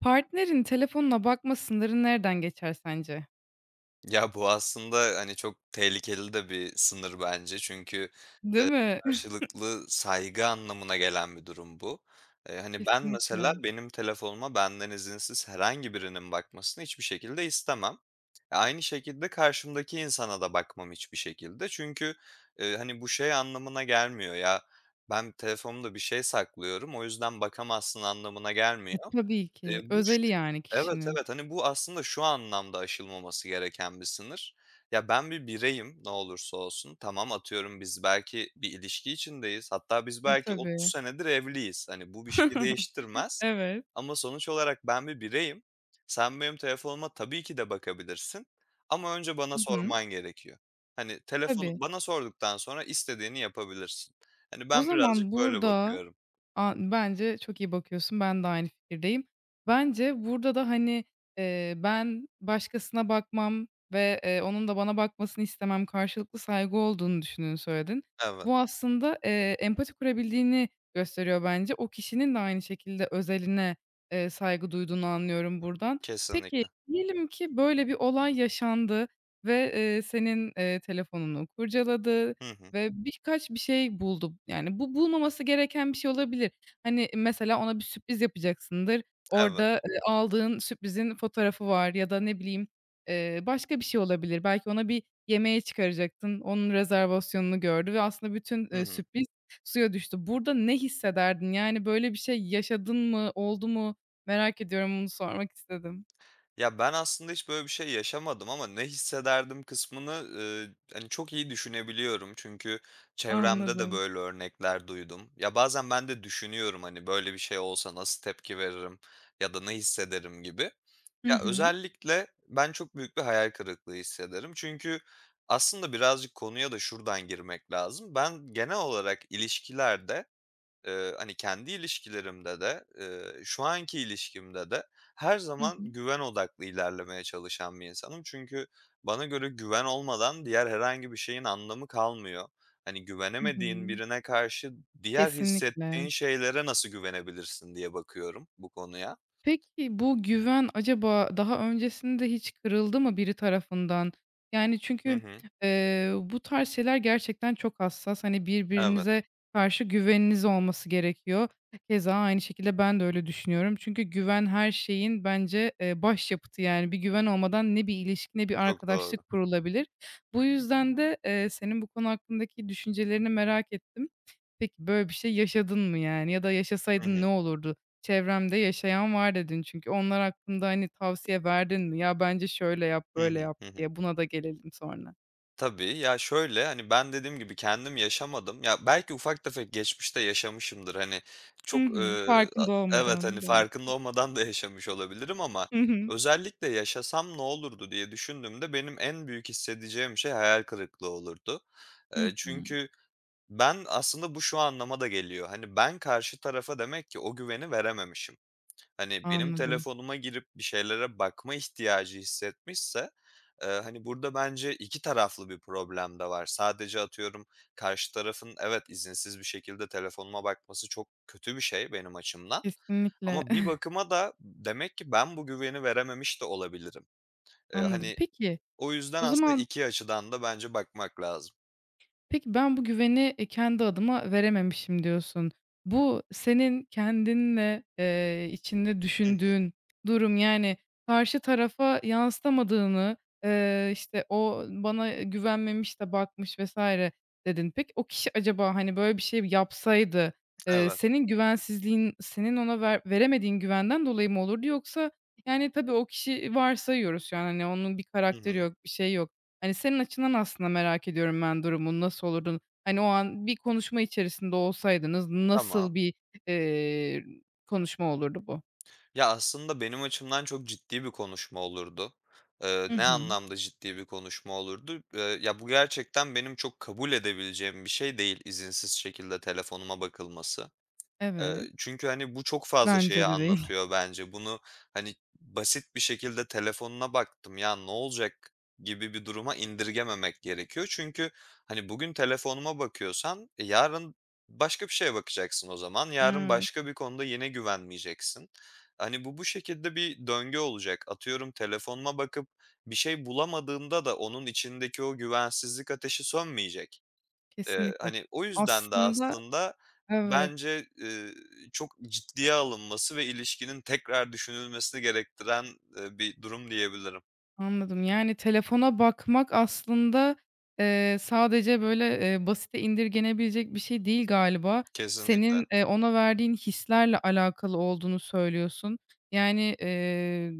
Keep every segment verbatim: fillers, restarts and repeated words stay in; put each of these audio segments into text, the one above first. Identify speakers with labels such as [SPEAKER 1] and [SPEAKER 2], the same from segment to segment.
[SPEAKER 1] Partnerin telefonuna bakma sınırı nereden geçer sence?
[SPEAKER 2] Ya, bu aslında, hani, çok tehlikeli de bir sınır bence çünkü
[SPEAKER 1] Değil mi?
[SPEAKER 2] karşılıklı saygı anlamına gelen bir durum bu. Eee, hani, ben mesela
[SPEAKER 1] Kesinlikle.
[SPEAKER 2] benim telefonuma benden izinsiz herhangi birinin bakmasını hiçbir şekilde istemem. E, Aynı şekilde karşımdaki insana da bakmam hiçbir şekilde çünkü, eee, hani, bu şey anlamına gelmiyor, ya, ben telefonumda bir şey saklıyorum, o yüzden bakamazsın anlamına
[SPEAKER 1] E,
[SPEAKER 2] gelmiyor.
[SPEAKER 1] tabii
[SPEAKER 2] Eee,
[SPEAKER 1] ki.
[SPEAKER 2] bu ş
[SPEAKER 1] Özeli yani
[SPEAKER 2] Evet,
[SPEAKER 1] kişinin.
[SPEAKER 2] evet, hani, bu aslında şu anlamda aşılmaması gereken bir sınır. Ya, ben bir bireyim ne olursa olsun. Tamam, atıyorum biz belki bir ilişki içindeyiz. Hatta biz
[SPEAKER 1] E,
[SPEAKER 2] belki otuz
[SPEAKER 1] tabii.
[SPEAKER 2] senedir evliyiz. Hani, bu bir şeyi değiştirmez
[SPEAKER 1] Evet.
[SPEAKER 2] ama sonuç olarak ben bir bireyim. Sen benim telefonuma tabii ki de bakabilirsin ama önce bana
[SPEAKER 1] Hı hı.
[SPEAKER 2] sorman gerekiyor. Hani, telefon
[SPEAKER 1] Tabii.
[SPEAKER 2] bana sorduktan sonra istediğini yapabilirsin. Hani,
[SPEAKER 1] O
[SPEAKER 2] ben
[SPEAKER 1] zaman
[SPEAKER 2] birazcık böyle
[SPEAKER 1] burada.
[SPEAKER 2] bakıyorum.
[SPEAKER 1] A, bence çok iyi bakıyorsun. Ben de aynı fikirdeyim. Bence burada da, hani, eee, ben başkasına bakmam ve, eee, onun da bana bakmasını istemem, karşılıklı saygı olduğunu düşündüğünü söyledin.
[SPEAKER 2] Evet,
[SPEAKER 1] Bu aslında, eee, empati kurabildiğini gösteriyor bence. O kişinin de aynı şekilde özeline, eee, saygı duyduğunu anlıyorum buradan. Peki,
[SPEAKER 2] kesinlikle.
[SPEAKER 1] diyelim ki böyle bir olay yaşandı ve, eee, senin, eee, telefonunu kurcaladı,
[SPEAKER 2] Hı hı.
[SPEAKER 1] ve birkaç bir şey buldu. Yani bu bulmaması gereken bir şey olabilir. Hani, mesela ona bir sürpriz yapacaksındır.
[SPEAKER 2] Evet.
[SPEAKER 1] Orada, eee, aldığın sürprizin fotoğrafı var ya da ne bileyim, eee, başka bir şey olabilir. Belki ona bir yemeğe çıkaracaktın, onun rezervasyonunu gördü ve aslında bütün,
[SPEAKER 2] Hı
[SPEAKER 1] eee,
[SPEAKER 2] hı.
[SPEAKER 1] sürpriz suya düştü. Burada ne hissederdin? Yani, böyle bir şey yaşadın mı, oldu mu? Merak ediyorum, bunu sormak istedim.
[SPEAKER 2] Ya, ben aslında hiç böyle bir şey yaşamadım ama ne hissederdim kısmını, ııı, hani, çok iyi düşünebiliyorum. Çünkü çevremde de
[SPEAKER 1] Anladım.
[SPEAKER 2] böyle örnekler duydum. Ya, bazen ben de düşünüyorum, hani, böyle bir şey olsa nasıl tepki veririm ya da ne hissederim gibi.
[SPEAKER 1] Hı
[SPEAKER 2] Ya,
[SPEAKER 1] hı.
[SPEAKER 2] özellikle ben çok büyük bir hayal kırıklığı hissederim. Çünkü aslında birazcık konuya da şuradan girmek lazım. Ben genel olarak ilişkilerde Eee, hani, kendi ilişkilerimde de, eee, şu anki ilişkimde de her
[SPEAKER 1] Hı
[SPEAKER 2] zaman
[SPEAKER 1] hı.
[SPEAKER 2] güven odaklı ilerlemeye çalışan bir insanım. Çünkü bana göre güven olmadan diğer herhangi bir şeyin anlamı kalmıyor. Hani,
[SPEAKER 1] Hı
[SPEAKER 2] güvenemediğin
[SPEAKER 1] hı.
[SPEAKER 2] birine karşı diğer hissettiğin
[SPEAKER 1] Kesinlikle.
[SPEAKER 2] şeylere nasıl güvenebilirsin diye bakıyorum bu konuya.
[SPEAKER 1] Peki, bu güven acaba daha öncesinde hiç kırıldı mı biri tarafından? Yani,
[SPEAKER 2] Hı
[SPEAKER 1] çünkü,
[SPEAKER 2] hı.
[SPEAKER 1] eee, bu tarz şeyler gerçekten çok hassas. Hani,
[SPEAKER 2] Evet,
[SPEAKER 1] birbirinize karşı güveniniz olması gerekiyor. Keza aynı şekilde ben de öyle düşünüyorum. Çünkü güven her şeyin bence, eee, başyapıtı, yani. Bir güven olmadan ne bir ilişki ne bir
[SPEAKER 2] çok doğru.
[SPEAKER 1] arkadaşlık kurulabilir. Bu yüzden de, eee, senin bu konu hakkındaki düşüncelerini merak ettim. Peki, böyle bir şey yaşadın mı yani ya da
[SPEAKER 2] Hı
[SPEAKER 1] yaşasaydın ne
[SPEAKER 2] hı.
[SPEAKER 1] olurdu? "Çevremde yaşayan var." dedin çünkü. Onlar hakkında, hani, tavsiye verdin mi? "Ya, bence şöyle yap,
[SPEAKER 2] Hı
[SPEAKER 1] böyle
[SPEAKER 2] hı.
[SPEAKER 1] yap."
[SPEAKER 2] Hı hı.
[SPEAKER 1] diye. Buna da gelelim sonra.
[SPEAKER 2] Tabii. Ya, şöyle, hani, ben dediğim gibi kendim yaşamadım. Ya, belki ufak tefek geçmişte yaşamışımdır. Hani,
[SPEAKER 1] Hı
[SPEAKER 2] çok,
[SPEAKER 1] hı.
[SPEAKER 2] ııı, a
[SPEAKER 1] Farkında
[SPEAKER 2] evet,
[SPEAKER 1] olmadan
[SPEAKER 2] hani,
[SPEAKER 1] belki.
[SPEAKER 2] farkında olmadan da yaşamış olabilirim ama
[SPEAKER 1] Hı hı.
[SPEAKER 2] özellikle yaşasam ne olurdu diye düşündüğümde benim en büyük hissedeceğim şey hayal kırıklığı olurdu. Eee,
[SPEAKER 1] Hı hı.
[SPEAKER 2] çünkü ben aslında bu şu anlama da geliyor. Hani, ben karşı tarafa demek ki o güveni verememişim. Hani, benim
[SPEAKER 1] Anladım.
[SPEAKER 2] telefonuma girip bir şeylere bakma ihtiyacı hissetmişse, eee, hani, burada bence iki taraflı bir problem de var. Sadece atıyorum karşı tarafın evet, izinsiz bir şekilde telefonuma bakması çok kötü bir şey benim açımdan
[SPEAKER 1] Kesinlikle.
[SPEAKER 2] ama bir bakıma da demek ki ben bu güveni verememiş de olabilirim. Eee,
[SPEAKER 1] Anladım.
[SPEAKER 2] hani,
[SPEAKER 1] Peki,
[SPEAKER 2] o yüzden
[SPEAKER 1] o
[SPEAKER 2] aslında
[SPEAKER 1] zaman
[SPEAKER 2] iki açıdan da bence bakmak lazım.
[SPEAKER 1] Peki, ben bu güveni, eee, kendi adıma verememişim diyorsun. Bu senin kendinle, eee, içinde
[SPEAKER 2] Hı hı.
[SPEAKER 1] düşündüğün durum, yani, karşı tarafa yansıtamadığını, eee, işte, "O bana güvenmemiş de bakmış." vesaire dedin. Peki, o kişi acaba, hani, böyle bir şey yapsaydı, eee,
[SPEAKER 2] Evet.
[SPEAKER 1] senin güvensizliğin senin ona ver veremediğin güvenden dolayı mı olurdu yoksa, yani, tabii o kişi varsayıyoruz şu an, hani, onun bir
[SPEAKER 2] Hı
[SPEAKER 1] karakteri
[SPEAKER 2] hı.
[SPEAKER 1] yok, bir şey yok. Hani, senin açından aslında merak ediyorum ben durumun nasıl olurdu? Hani, o an bir konuşma içerisinde olsaydınız
[SPEAKER 2] Tamam.
[SPEAKER 1] nasıl bir, eee, konuşma olurdu bu?
[SPEAKER 2] Ya, aslında benim açımdan çok ciddi bir konuşma olurdu. Eee,
[SPEAKER 1] Hı
[SPEAKER 2] ne
[SPEAKER 1] hı.
[SPEAKER 2] anlamda ciddi bir konuşma olurdu? Eee, ya, bu gerçekten benim çok kabul edebileceğim bir şey değil izinsiz şekilde telefonuma bakılması. Eee,
[SPEAKER 1] Evet.
[SPEAKER 2] çünkü, hani, bu çok fazla şeyi
[SPEAKER 1] Bence de değil.
[SPEAKER 2] anlatıyor bence. Bunu, hani, basit bir şekilde telefonuna baktım, ya ne olacak gibi bir duruma indirgememek gerekiyor. Çünkü, hani, bugün telefonuma bakıyorsan, e, yarın başka bir şeye bakacaksın o zaman. Yarın
[SPEAKER 1] Evet,
[SPEAKER 2] başka bir konuda yine güvenmeyeceksin. Hani, bu bu şekilde bir döngü olacak. Atıyorum telefonuma bakıp bir şey bulamadığımda da onun içindeki o güvensizlik ateşi sönmeyecek. Eee,
[SPEAKER 1] kesinlikle.
[SPEAKER 2] hani, o yüzden de
[SPEAKER 1] Aslında
[SPEAKER 2] aslında
[SPEAKER 1] evet,
[SPEAKER 2] bence, eee, çok ciddiye alınması ve ilişkinin tekrar düşünülmesini gerektiren, eee, bir durum diyebilirim.
[SPEAKER 1] anladım. Yani, telefona bakmak aslında, eee, sadece, böyle, eee, basite indirgenebilecek bir şey değil galiba.
[SPEAKER 2] Kesinlikle.
[SPEAKER 1] Senin, eee, ona verdiğin hislerle alakalı olduğunu söylüyorsun. Yani, eee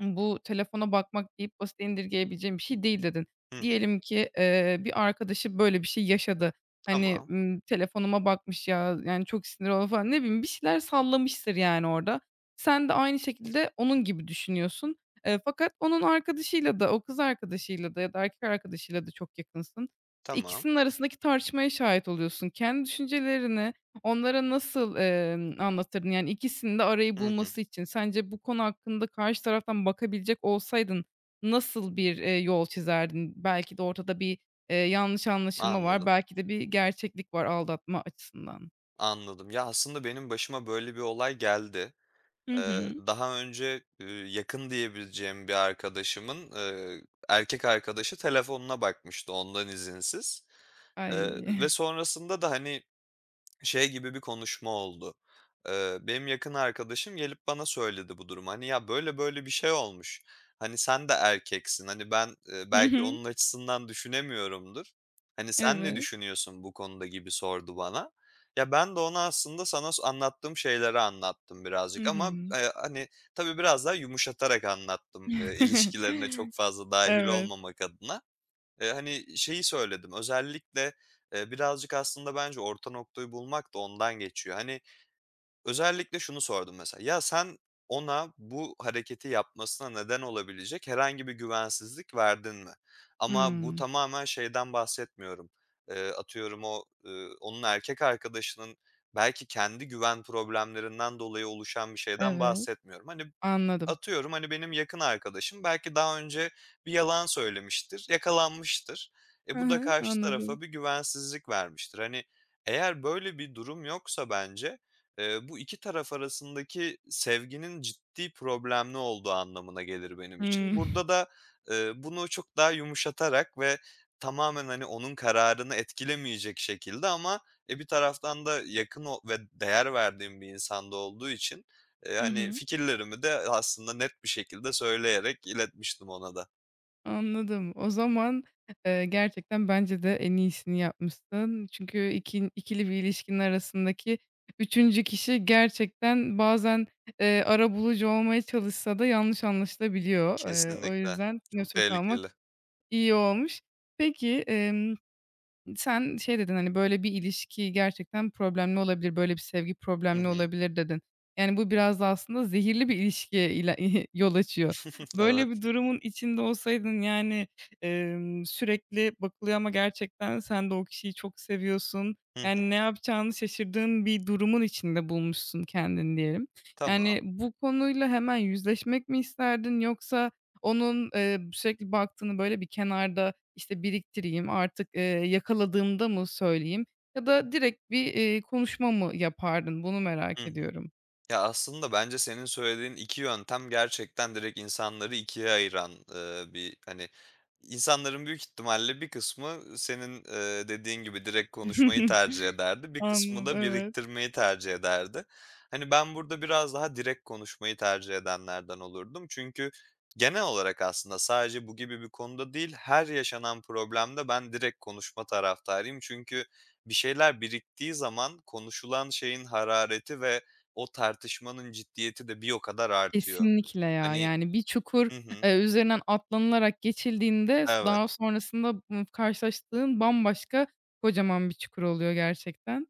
[SPEAKER 1] bu telefona bakmak deyip basit indirgeyebileceğim bir şey değil dedin.
[SPEAKER 2] Hı hı.
[SPEAKER 1] Diyelim ki, eee, bir arkadaşı böyle bir şey yaşadı. Hani,
[SPEAKER 2] Tamam,
[SPEAKER 1] ımm, telefonuma bakmış ya, yani, çok sinir oldum falan. Ne bileyim, bir şeyler sallamıştır yani orada. Sen de aynı şekilde onun gibi düşünüyorsun. Eee, fakat onun arkadaşıyla da, o kız arkadaşıyla da ya da erkek arkadaşıyla da çok yakınsın.
[SPEAKER 2] tamam.
[SPEAKER 1] İkisinin arasındaki tartışmaya şahit oluyorsun. Kendi düşüncelerini onlara nasıl, emm, anlatırdın? Yani ikisinin de arayı
[SPEAKER 2] Hı hı.
[SPEAKER 1] bulması için sence bu konu hakkında karşı taraftan bakabilecek olsaydın nasıl bir, eee, yol çizerdin? Belki de ortada bir, eee, yanlış anlaşılma var,
[SPEAKER 2] Anladım,
[SPEAKER 1] belki de bir gerçeklik var aldatma açısından.
[SPEAKER 2] anladım. Ya, aslında benim başıma böyle bir olay geldi.
[SPEAKER 1] Hı
[SPEAKER 2] Eee,
[SPEAKER 1] hı.
[SPEAKER 2] daha önce, eee, yakın diyebileceğim bir arkadaşımın, eee, erkek arkadaşı telefonuna bakmıştı ondan izinsiz. Eee, ve
[SPEAKER 1] Ay.
[SPEAKER 2] sonrasında da, hani, Şey gibi bir konuşma oldu. Eee, benim yakın arkadaşım gelip bana söyledi bu durumu. Hani, "Ya, böyle böyle bir şey olmuş. Hani, sen de erkeksin. Hani, ben, eee,
[SPEAKER 1] Hı
[SPEAKER 2] belki
[SPEAKER 1] hı.
[SPEAKER 2] onun açısından düşünemiyorumdur. Hani, sen ne
[SPEAKER 1] Evet.
[SPEAKER 2] düşünüyorsun bu konuda?" gibi sordu bana. Ya, ben de ona aslında sana s anlattığım şeyleri anlattım
[SPEAKER 1] Hı
[SPEAKER 2] birazcık ama,
[SPEAKER 1] hı.
[SPEAKER 2] eee, hani, tabii biraz daha yumuşatarak anlattım, eee, ilişkilerine çok fazla dahil
[SPEAKER 1] Evet.
[SPEAKER 2] olmamak adına. Eee, hani, şeyi söyledim, özellikle, eee, birazcık aslında bence orta noktayı bulmak da ondan geçiyor. Hani, özellikle şunu sordum mesela, "Ya, sen ona bu hareketi yapmasına neden olabilecek herhangi bir güvensizlik verdin mi?" Ama bu
[SPEAKER 1] Hımm.
[SPEAKER 2] tamamen şeyden bahsetmiyorum. Eee, atıyorum o, ııı, onun erkek arkadaşının belki kendi güven problemlerinden dolayı oluşan bir şeyden
[SPEAKER 1] Evet.
[SPEAKER 2] bahsetmiyorum. Hani,
[SPEAKER 1] Anladım.
[SPEAKER 2] Atıyorum, hani, benim yakın arkadaşım belki daha önce bir yalan söylemiştir, yakalanmıştır. E,
[SPEAKER 1] Hı
[SPEAKER 2] bu da
[SPEAKER 1] hı.
[SPEAKER 2] karşı tarafa
[SPEAKER 1] Anladım.
[SPEAKER 2] bir güvensizlik vermiştir. Hani, eğer böyle bir durum yoksa bence, eee, bu iki taraf arasındaki sevginin ciddi problemli olduğu anlamına gelir benim için.
[SPEAKER 1] Hımm.
[SPEAKER 2] Burada da, eee, bunu çok daha yumuşatarak ve tamamen, hani, onun kararını etkilemeyecek şekilde ama, e, bir taraftan da yakın o ve değer verdiğim bir insanda olduğu için, Eee,
[SPEAKER 1] Hı
[SPEAKER 2] hani,
[SPEAKER 1] hı.
[SPEAKER 2] fikirlerimi de aslında net bir şekilde söyleyerek iletmiştim ona da.
[SPEAKER 1] Anladım. O zaman, eee, gerçekten bence de en iyisini yapmışsın. Çünkü ikin ikili bir ilişkinin arasındaki üçüncü kişi gerçekten bazen, eee, arabulucu olmaya çalışsa da yanlış anlaşılabiliyor. Eee, o
[SPEAKER 2] Kesinlikle.
[SPEAKER 1] yüzden
[SPEAKER 2] Çok
[SPEAKER 1] nötr kalmak
[SPEAKER 2] tehlikeli.
[SPEAKER 1] iyi olmuş. Peki, sen şey dedin, hani, "Böyle bir ilişki gerçekten problemli olabilir, böyle bir sevgi
[SPEAKER 2] Hı
[SPEAKER 1] problemli
[SPEAKER 2] hı.
[SPEAKER 1] olabilir." dedin. Yani, bu biraz da aslında zehirli bir ilişkiye ile yol açıyor. Böyle
[SPEAKER 2] Evet.
[SPEAKER 1] bir durumun içinde olsaydın, yani, emm, sürekli bakılıyor ama gerçekten sen de o kişiyi çok seviyorsun.
[SPEAKER 2] Hı hı.
[SPEAKER 1] Yani, ne yapacağını şaşırdığın bir durumun içinde bulmuşsun kendini diyelim.
[SPEAKER 2] Tamam.
[SPEAKER 1] Yani, bu konuyla hemen yüzleşmek mi isterdin yoksa onun, eee, sürekli baktığını, böyle, bir kenarda işte, biriktireyim, artık, eee, yakaladığımda mı söyleyeyim ya da direkt bir, eee, konuşma mı yapardın? Bunu
[SPEAKER 2] Hı
[SPEAKER 1] merak
[SPEAKER 2] hı.
[SPEAKER 1] ediyorum.
[SPEAKER 2] Ya, aslında bence senin söylediğin iki yöntem gerçekten direkt insanları ikiye ayıran, eee, bir, hani, insanların büyük ihtimalle bir kısmı senin, eee, dediğin gibi direkt konuşmayı tercih ederdi. Bir kısmı
[SPEAKER 1] Anladım,
[SPEAKER 2] da
[SPEAKER 1] evet.
[SPEAKER 2] biriktirmeyi tercih ederdi. Hani, ben burada biraz daha direkt konuşmayı tercih edenlerden olurdum. Çünkü genel olarak aslında sadece bu gibi bir konuda değil, her yaşanan problemde ben direkt konuşma taraftarıyım. Çünkü bir şeyler biriktiği zaman konuşulan şeyin harareti ve o tartışmanın ciddiyeti de bir o kadar artıyor.
[SPEAKER 1] Kesinlikle ya.
[SPEAKER 2] Hani.
[SPEAKER 1] Yani bir çukur,
[SPEAKER 2] Hı hı.
[SPEAKER 1] eee, üzerinden atlanılarak geçildiğinde s daha
[SPEAKER 2] Evet,
[SPEAKER 1] sonrasında, ımm, karşılaştığın bambaşka kocaman bir çukur oluyor gerçekten.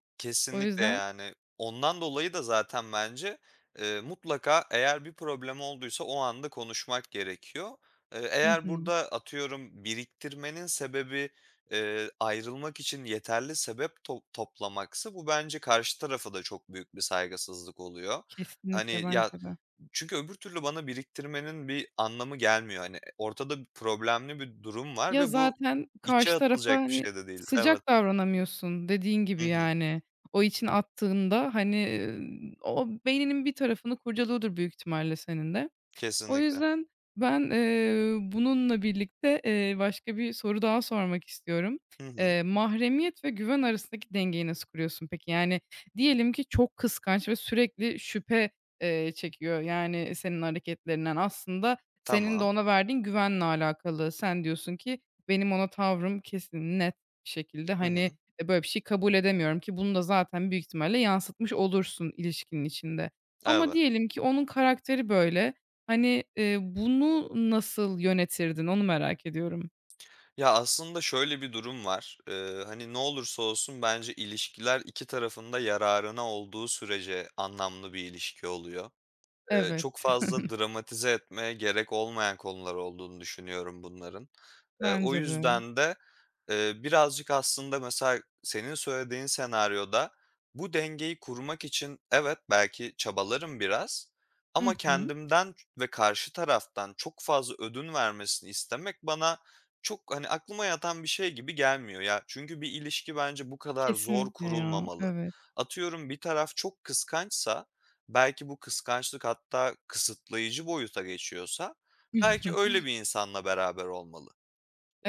[SPEAKER 1] O
[SPEAKER 2] kesinlikle
[SPEAKER 1] yüzden.
[SPEAKER 2] yani. Ondan dolayı da zaten bence, eee, mutlaka eğer bir problem olduysa o anda konuşmak gerekiyor. Eee,
[SPEAKER 1] Hı
[SPEAKER 2] eğer
[SPEAKER 1] hı.
[SPEAKER 2] burada atıyorum biriktirmenin sebebi, eee, ayrılmak için yeterli sebep to toplamaksa bu bence karşı tarafa da çok büyük bir saygısızlık oluyor.
[SPEAKER 1] Kesinlikle
[SPEAKER 2] Hani, "Ya,
[SPEAKER 1] bence de.
[SPEAKER 2] Çünkü öbür türlü bana biriktirmenin bir anlamı gelmiyor. Hani, e, ortada bir problemli bir durum var
[SPEAKER 1] Ya,
[SPEAKER 2] ve bu
[SPEAKER 1] zaten
[SPEAKER 2] içe
[SPEAKER 1] karşı tarafa,
[SPEAKER 2] atılacak bir
[SPEAKER 1] hani,
[SPEAKER 2] şey de değil. Evet.
[SPEAKER 1] sıcak davranamıyorsun dediğin
[SPEAKER 2] Hı
[SPEAKER 1] gibi,
[SPEAKER 2] hı.
[SPEAKER 1] yani. O için attığında, hani, eee, o beyninin bir tarafını kurcalıyordur büyük ihtimalle senin de. O
[SPEAKER 2] Kesinlikle.
[SPEAKER 1] yüzden ben, eee, bununla birlikte, eee, başka bir soru daha sormak istiyorum.
[SPEAKER 2] Hı hı.
[SPEAKER 1] Eee, mahremiyet ve güven arasındaki dengeyi nasıl kuruyorsun peki? Yani, diyelim ki çok kıskanç ve sürekli şüphe, eee, çekiyor, yani, senin hareketlerinden. Aslında senin de
[SPEAKER 2] Tamam.
[SPEAKER 1] ona verdiğin güvenle alakalı. Sen diyorsun ki benim ona tavrım kesin, net bir şekilde,
[SPEAKER 2] Hı
[SPEAKER 1] hani,
[SPEAKER 2] hı.
[SPEAKER 1] eee, böyle bir şey kabul edemiyorum ki bunu da zaten büyük ihtimalle yansıtmış olursun ilişkinin içinde. Ama
[SPEAKER 2] Evet.
[SPEAKER 1] diyelim ki onun karakteri böyle. Hani, eee, bunu nasıl yönetirdin onu merak ediyorum.
[SPEAKER 2] Ya, aslında şöyle bir durum var. Eee, hani, ne olursa olsun bence ilişkiler iki tarafında yararına olduğu sürece anlamlı bir ilişki oluyor. Eee, çok
[SPEAKER 1] Evet,
[SPEAKER 2] fazla dramatize etmeye gerek olmayan konular olduğunu düşünüyorum bunların. Eee, o
[SPEAKER 1] bence de.
[SPEAKER 2] yüzden de Eee, birazcık aslında mesela senin söylediğin senaryoda bu dengeyi kurmak için evet, belki çabalarım biraz ama
[SPEAKER 1] Hı hı.
[SPEAKER 2] kendimden ve karşı taraftan çok fazla ödün vermesini istemek bana çok, hani, aklıma yatan bir şey gibi gelmiyor ya. Çünkü bir ilişki bence bu kadar zor
[SPEAKER 1] Kesinlikle ya,
[SPEAKER 2] kurulmamalı.
[SPEAKER 1] evet.
[SPEAKER 2] Atıyorum bir taraf çok kıskançsa, belki bu kıskançlık hatta kısıtlayıcı boyuta geçiyorsa belki öyle bir insanla beraber olmalı.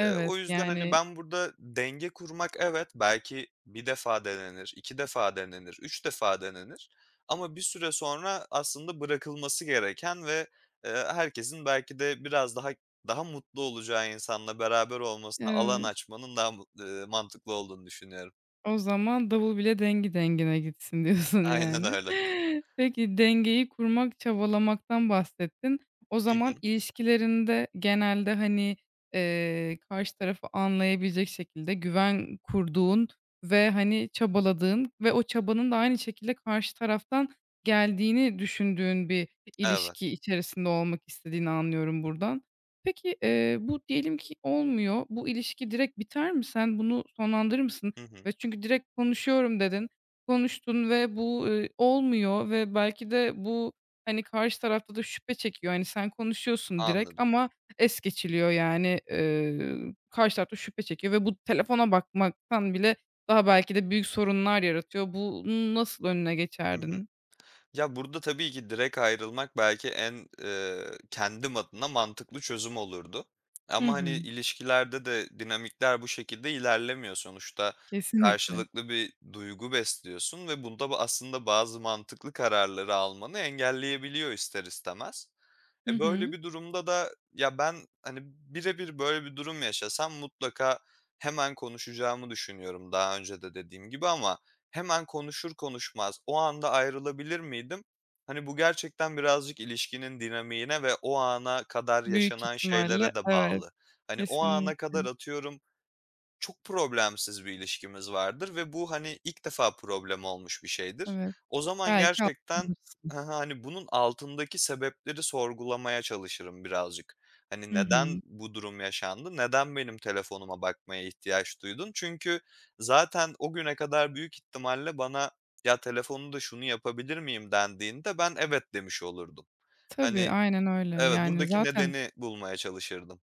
[SPEAKER 2] Eee, o yüzden, hani,
[SPEAKER 1] yani,
[SPEAKER 2] ben burada denge kurmak evet, belki bir defa denenir, iki defa denenir, üç defa denenir ama bir süre sonra aslında bırakılması gereken ve, eee, herkesin belki de biraz daha daha mutlu olacağı insanla beraber olmasına alan
[SPEAKER 1] evet.
[SPEAKER 2] açmanın daha mut eee, mantıklı olduğunu düşünüyorum.
[SPEAKER 1] O zaman davul bile dengi dengine gitsin diyorsun
[SPEAKER 2] Aynen
[SPEAKER 1] yani.
[SPEAKER 2] öyle.
[SPEAKER 1] Peki, dengeyi kurmak, çabalamaktan bahsettin. O
[SPEAKER 2] Hı
[SPEAKER 1] zaman
[SPEAKER 2] hı.
[SPEAKER 1] ilişkilerinde genelde, hani, eee, karşı tarafı anlayabilecek şekilde güven kurduğun ve, hani, çabaladığın ve o çabanın da aynı şekilde karşı taraftan geldiğini düşündüğün bir
[SPEAKER 2] Evet.
[SPEAKER 1] ilişki içerisinde olmak istediğini anlıyorum buradan. Peki, eee, bu diyelim ki olmuyor. Bu ilişki direkt biter mi? Sen bunu sonlandırır mısın?
[SPEAKER 2] Hı hı.
[SPEAKER 1] Ve çünkü direkt konuşuyorum dedin. Konuştun ve bu, eee, olmuyor ve belki de bu, hani, karşı tarafta da şüphe çekiyor. Hani, sen konuşuyorsun direkt
[SPEAKER 2] Anladım.
[SPEAKER 1] ama es geçiliyor yani. Eee, karşı taraf da şüphe çekiyor ve bu telefona bakmaktan bile daha belki de büyük sorunlar yaratıyor. Bunun nasıl önüne
[SPEAKER 2] Hı hı.
[SPEAKER 1] geçerdin?
[SPEAKER 2] Ya, burada tabii ki direkt ayrılmak belki en, eee, kendim adına mantıklı çözüm olurdu.
[SPEAKER 1] Hı
[SPEAKER 2] Ama, hani,
[SPEAKER 1] hı.
[SPEAKER 2] ilişkilerde de dinamikler bu şekilde ilerlemiyor. Sonuçta
[SPEAKER 1] Kesinlikle.
[SPEAKER 2] karşılıklı bir duygu besliyorsun ve bunda ba aslında bazı mantıklı kararları almanı engelleyebiliyor ister istemez.
[SPEAKER 1] Hı
[SPEAKER 2] E, böyle
[SPEAKER 1] hı.
[SPEAKER 2] bir durumda da ya, ben, hani, birebir böyle bir durum yaşasam mutlaka hemen konuşacağımı düşünüyorum daha önce de dediğim gibi ama Hemen konuşur konuşmaz o anda ayrılabilir miydim? Hani, bu gerçekten birazcık ilişkinin dinamiğine ve o ana kadar
[SPEAKER 1] Büyük
[SPEAKER 2] yaşanan
[SPEAKER 1] ihtimalle
[SPEAKER 2] şeylere de
[SPEAKER 1] evet,
[SPEAKER 2] bağlı. Hani, o ana kadar
[SPEAKER 1] kesinlikle.
[SPEAKER 2] atıyorum çok problemsiz bir ilişkimiz vardır ve bu, hani, ilk defa problem olmuş bir şeydir.
[SPEAKER 1] Evet,
[SPEAKER 2] O zaman
[SPEAKER 1] belki
[SPEAKER 2] gerçekten
[SPEAKER 1] atlatabilirsin.
[SPEAKER 2] hani, bunun altındaki sebepleri sorgulamaya çalışırım birazcık. Hani,
[SPEAKER 1] Hı
[SPEAKER 2] neden
[SPEAKER 1] hı.
[SPEAKER 2] bu durum yaşandı? Neden benim telefonuma bakmaya ihtiyaç duydun? Çünkü zaten o güne kadar büyük ihtimalle bana, "Ya, telefonu da şunu yapabilir miyim?" dendiğinde ben, "Evet." demiş olurdum.
[SPEAKER 1] Tabii,
[SPEAKER 2] Hani.
[SPEAKER 1] aynen öyle.
[SPEAKER 2] Evet,
[SPEAKER 1] Yani
[SPEAKER 2] buradaki
[SPEAKER 1] zaten
[SPEAKER 2] nedeni bulmaya çalışırdım.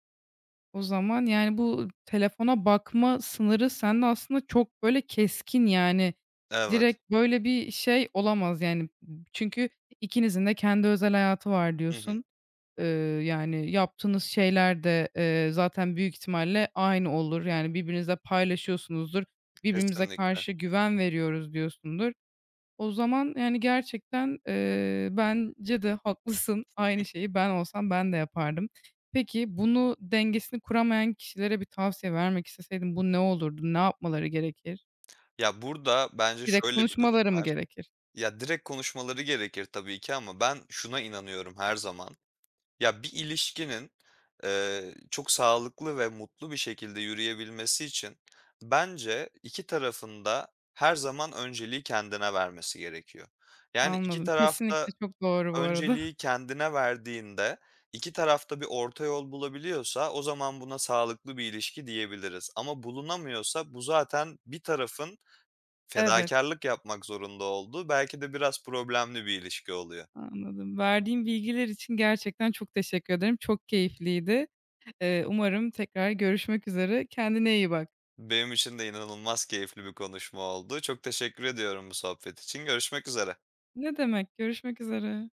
[SPEAKER 1] O zaman, yani, bu telefona bakma sınırı sende aslında çok, böyle, keskin, yani.
[SPEAKER 2] Evet.
[SPEAKER 1] Direkt böyle bir şey olamaz, yani. Çünkü ikinizin de kendi özel hayatı var
[SPEAKER 2] Hı hı.
[SPEAKER 1] diyorsun. Eee, yani, yaptığınız şeyler de, eee, zaten büyük ihtimalle aynı olur. Yani, birbirinizle paylaşıyorsunuzdur. "Birbirimize
[SPEAKER 2] Kesinlikle.
[SPEAKER 1] karşı güven veriyoruz." diyorsundur. O zaman, yani, gerçekten, eee, bence de haklısın. Aynı şeyi ben olsam ben de yapardım. Peki, bunu dengesini kuramayan kişilere bir tavsiye vermek isteseydin bu ne olurdu? Ne yapmaları gerekir?
[SPEAKER 2] Ya, burada bence
[SPEAKER 1] Direkt
[SPEAKER 2] şöyle bir durum
[SPEAKER 1] konuşmaları mı
[SPEAKER 2] var.
[SPEAKER 1] gerekir?
[SPEAKER 2] Ya, direkt konuşmaları gerekir tabii ki ama ben şuna inanıyorum her zaman. Ya, bir ilişkinin, eee, çok sağlıklı ve mutlu bir şekilde yürüyebilmesi için bence iki tarafında her zaman önceliği kendine vermesi gerekiyor. Yani, iki
[SPEAKER 1] Anladım.
[SPEAKER 2] tarafta
[SPEAKER 1] Kesinlikle çok doğru bu arada.
[SPEAKER 2] önceliği kendine verdiğinde, iki tarafta bir orta yol bulabiliyorsa o zaman buna sağlıklı bir ilişki diyebiliriz. Ama bulunamıyorsa bu zaten bir tarafın
[SPEAKER 1] Evet,
[SPEAKER 2] Fedakarlık yapmak zorunda olduğu belki de biraz problemli bir ilişki oluyor.
[SPEAKER 1] anladım. Verdiğim bilgiler için gerçekten çok teşekkür ederim. Çok keyifliydi. Eee, umarım tekrar görüşmek üzere. Kendine iyi bak.
[SPEAKER 2] Benim için de inanılmaz keyifli bir konuşma oldu. Çok teşekkür ediyorum bu sohbet için. Görüşmek üzere.
[SPEAKER 1] Ne demek, görüşmek üzere.